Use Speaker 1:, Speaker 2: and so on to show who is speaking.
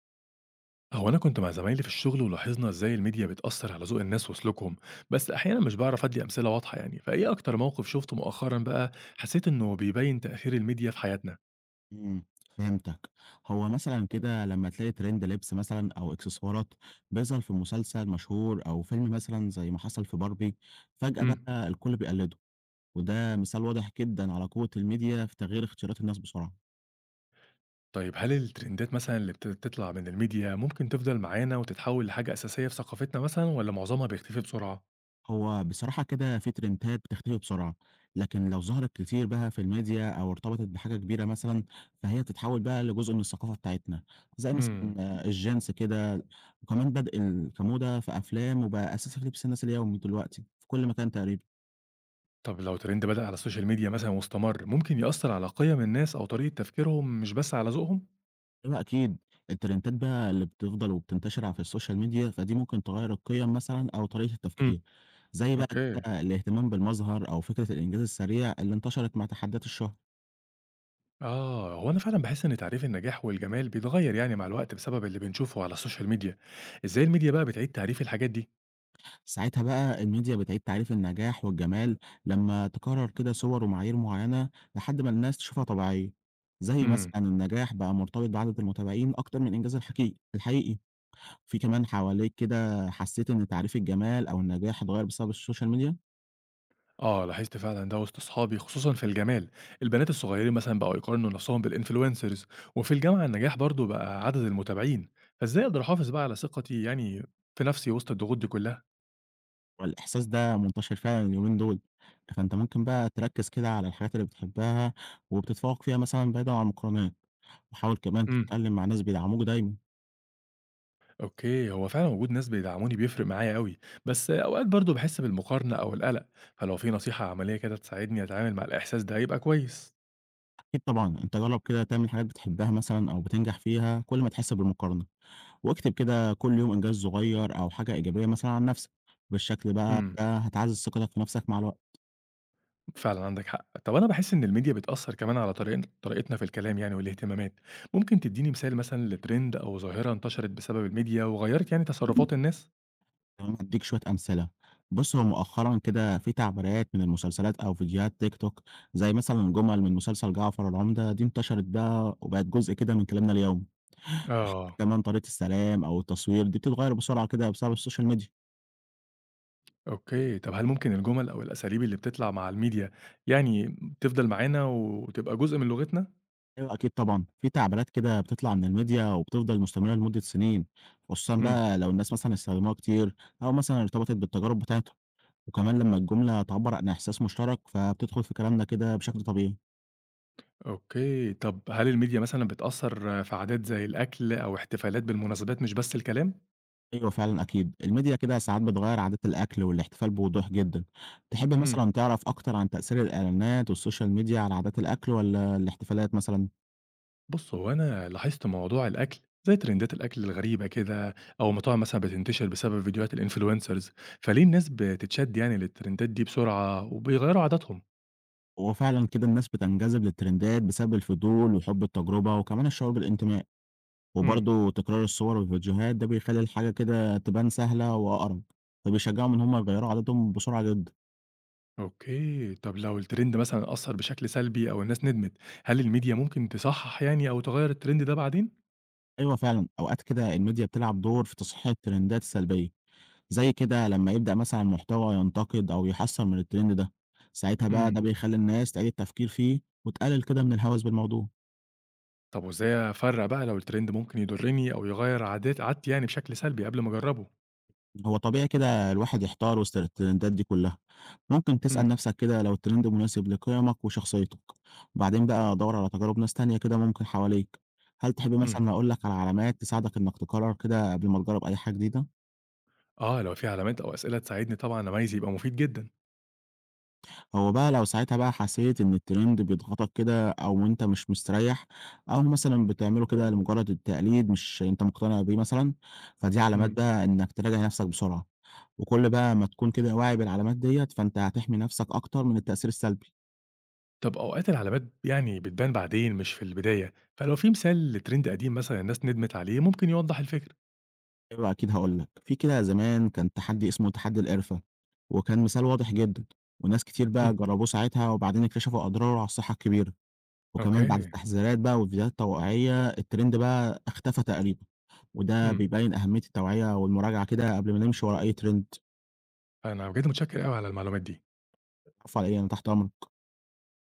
Speaker 1: هو أنا كنت مع زمايلي في الشغل ولاحظنا إزاي الميديا بتأثر على ذوق الناس وسلوكهم، بس أحيانا مش بعرف أدي أمثلة واضحة يعني، فإيه أكتر موقف شفته مؤخرا بقى حسيت إنه بيبين تأثير الميديا في حياتنا؟
Speaker 2: إمم، فهمتك. هو مثلًا كده لمّا تلاقي ترند لبس مثلًا أو إكسسوارات بيظهر في مسلسل مشهور أو فيلم مثلًا زي ما حصل في باربي، فجأة
Speaker 1: امم.
Speaker 2: بقى الكل بيقلده، وده مثال واضح جدًا على قوة الميديا في تغيير اختيارات الناس بسرعة.
Speaker 1: طيب هل الترندات مثلا اللي بتطلع من الميديا ممكن تفضل معانا وتتحول لحاجة أساسية في ثقافتنا مثلا ولا معظمها بيختفي بسرعة؟
Speaker 2: هو بصراحة كده في ترندات بتختفي بسرعة، لكن لو ظهرت كتير بقى في الميديا أو ارتبطت بحاجة كبيرة مثلا فهي بتتحول بقى لجزء من الثقافة بتاعتنا، زي مثلا
Speaker 1: امم.
Speaker 2: آه، الجنس كده، وكمان كموضة في أفلام وبقى أساس في لبس الناس اليومي دلوقتي في كل مكان تقريبا.
Speaker 1: طب لو ترند بدأ على السوشيال ميديا مثلا واستمر ممكن يأثر على قيم الناس أو طريقة تفكيرهم مش بس على ذوقهم؟
Speaker 2: أيوة أكيد، الترندات بقى اللي بتفضل وبتنتشر في السوشيال ميديا فدي ممكن تغير القيم مثلا أو طريقة
Speaker 1: امم.
Speaker 2: التفكير، زي بقى
Speaker 1: اوكي.
Speaker 2: كده الاهتمام بالمظهر أو فكرة الإنجاز السريع اللي انتشرت مع تحديات الشهرة.
Speaker 1: آه، هو أنا فعلًا باحس إن تعريف النجاح والجمال بيتغير يعني مع الوقت بسبب اللي بنشوفه على السوشيال ميديا، إزاي الميديا بقى بتعيد تعريف الحاجات دي؟
Speaker 2: ساعتها بقى الميديا بتعيد تعريف النجاح والجمال لما تكرر كده صور ومعايير معينة لحد ما الناس تشوفها طبيعية، زي مثلا
Speaker 1: إمم.
Speaker 2: النجاح بقى مرتبط بعدد المتابعين أكتر من إنجاز الحقيقي الحقيقي. في كمان حواليك كده حسيت إن تعريف الجمال أو النجاح اتغير بسبب السوشيال ميديا؟
Speaker 1: آه، لاحظت فعلًا ده وسط أصحابي خصوصًا في الجمال، البنات الصغيرين مثلًا بقوا يقارنوا نفسهم بالinfluencers وفي الجامعة النجاح برضه بقى عدد المتابعين، فإزاي أقدر أحافظ بقى على ثقتي يعني في نفسي وسط الضغوط دي كلها؟
Speaker 2: والإحساس ده منتشر فعلا اليومين دول، فأنت ممكن بقى تركز كده على الحاجات اللي بتحبها وبتتفوق فيها مثلا بعيدا عن المقارنات، وحاول كمان
Speaker 1: إمم.
Speaker 2: تتكلم مع ناس بيدعموك دايما.
Speaker 1: أوكي، هو فعلًا وجود ناس بيدعموني بيفرق معايا أوي، بس أوقات برضه باحس بالمقارنة أو القلق، فلو في نصيحة عملية كده تساعدني أتعامل مع الإحساس ده يبقى كويس.
Speaker 2: أكيد طبعًا، أنت جرّب كده تعمل حاجات بتحبها مثلًا أو بتنجح فيها كل ما تحس بالمقارنة، واكتب كده كل يوم إنجاز صغير أو حاجة إيجابية مثلًا عن نفسك، بالشكل بقى
Speaker 1: إمم.
Speaker 2: ده هتعزّز ثقتك في نفسك مع الوقت.
Speaker 1: فعلًا عندِك حق. طب أنا باحس إن الميديا بتأثّر كمان على طريقتنا في الكلام يعني والاهتمامات. ممكن تدّيني مثال مثلًا لTrend أو ظاهرة انتشرت بسبب الميديا وغيّرت يعني تصرفات الناس؟
Speaker 2: كمان هادّيك شوية أمثلة، بُص هو مؤخرًا كده في تعبيرات من المسلسلات أو فيديوهات تيك توك زي مثلًا جُمل من مسلسل جعفر العمدة دي انتشرت بقى وبقت جزء كده من كلامنا اليومي، وحتى
Speaker 1: آه.
Speaker 2: كمان طريقة السلام أو التصوير دي بتتغيّر بسرعة كده بسبب السوشيال ميديا.
Speaker 1: أوكي. طب هل ممكن الجُمل أو الأساليب اللي بتطلع مع الميديا يعني تفضل معانا وتبقى جزء من لغتنا؟
Speaker 2: أيوه أكيد طبعًا، في تعبيرات كده بتطلع من الميديا وبتفضل مستمرة لمدة سنين، خصوصًا
Speaker 1: إمم.
Speaker 2: بقى لو الناس مثلًا استخدموها كتير أو مثلًا ارتبطت بالتجارب بتاعتهم، وكمان لمّا الجملة تعبّر عن إحساس مشترك فبتدخل في كلامنا كده بشكل طبيعي.
Speaker 1: أوكي. طب هل الميديا مثلًا بتأثّر في عادات زي الأكل أو احتفالات بالمناسبات مش بس الكلام؟
Speaker 2: أيوه فعلًا أكيد، الميديا كده ساعات بتغيّر عادات الأكل والاحتفال بوضوح جدًا. تحب
Speaker 1: إمم.
Speaker 2: مثلًا تعرف أكتر عن تأثير الإعلانات والسوشيال ميديا على عادات الأكل والّا الاحتفالات مثلًا؟
Speaker 1: بُص، هو أنا لاحظت موضوع الأكل زي ترندات الأكل الغريبة كده أو مطاعم مثلًا بتنتشر بسبب فيديوهات الinfluencers، فليه الناس بتتشد يعني للترندات دي بسرعة وبيغيّروا عاداتهم؟
Speaker 2: هو فعلًا كده الناس بتنجذب للترندات بسبب الفضول وحب التجربة وكمان الشعور بالانتماء.
Speaker 1: امم.
Speaker 2: وبرضه تكرار الصور والفيديوهات ده بيخلّي الحاجة كده تبان سهلة وأقرب، فبيشجّعهم إن هم يغيّروا عاداتهم بسرعة جدًا.
Speaker 1: أوكي، طب لو الترند مثلًا أثّر بشكل سلبي أو الناس ندمت، هل الميديا ممكن تصحح يعني أو تغيّر الترند ده بعدين؟
Speaker 2: أيوه فعلًا، أوقات كده الميديا بتلعب دور في تصحيح الترندات السلبية، زي كده لمّا يبدأ مثلًا محتوى ينتقد أو يحسّن من الترند ده، ساعتها بقى ده
Speaker 1: امم.
Speaker 2: بيخلّي الناس تعيد التفكير فيه وتقلل كده من الهوس بالموضوع.
Speaker 1: طب وإزاي أفرّق بقى لو الترند ممكن يضرني أو يغيّر عادتي يعني بشكل سلبي قبل ما أجرّبه؟
Speaker 2: هو طبيعي كده الواحد يحتار وسط الترندات دي كلها، ممكن
Speaker 1: امم.
Speaker 2: تسأل نفسك كده لو الترند مناسب لقيمك وشخصيتك، وبعدين بقى دور على تجارب ناس تانية كده ممكن حواليك. هل تحب
Speaker 1: امم.
Speaker 2: مثلا أقول لك على علامات تساعدك إنك تقرر كده قبل ما تجرب أي حاجة جديدة؟
Speaker 1: آه، لو في علامات أو أسئلة تساعدني طبعًا أميّز يبقى مفيد جدًا.
Speaker 2: هو بقى لو ساعتها بقى حسيت إن الترند بيضغطك كده أو أنت مش مستريح أو مثلًا بتعمله كده لمجرد التقليد مش أنت مقتنع بيه مثلًا، فدي علامات
Speaker 1: امم.
Speaker 2: بقى إنك تراجع نفسك بسرعة، وكل بقى ما تكون كده واعي بالعلامات ديّة فأنت هتحمي نفسك أكتر من التأثير السلبي.
Speaker 1: طب أوقات العلامات يعني بتبان بعدين مش في البداية، فلو في مثال لترند قديم مثلًا الناس ندمت عليه ممكن يوضح الفكرة.
Speaker 2: أيوه أكيد هاقول لك، في كده زمان كان تحدي اسمه تحدي القرفة، وكان مثال واضح جدًا، وناس كتير بقى
Speaker 1: إمم.
Speaker 2: جربوه ساعتها وبعدين اكتشفوا أضراره على الصحة الكبيرة، وكمان بعد
Speaker 1: أوكي.
Speaker 2: التحذيرات بقى والفيديوهات التوعية الترند بقى اختفى تقريبًا. وده
Speaker 1: إمم.
Speaker 2: بيبين أهمية التوعية والمراجعة كده قبل ما نمشي ورا أي ترند.
Speaker 1: أنا بجد متشكر أوي على المعلومات دي.
Speaker 2: العفو على إيه، أنا تحت أمرك.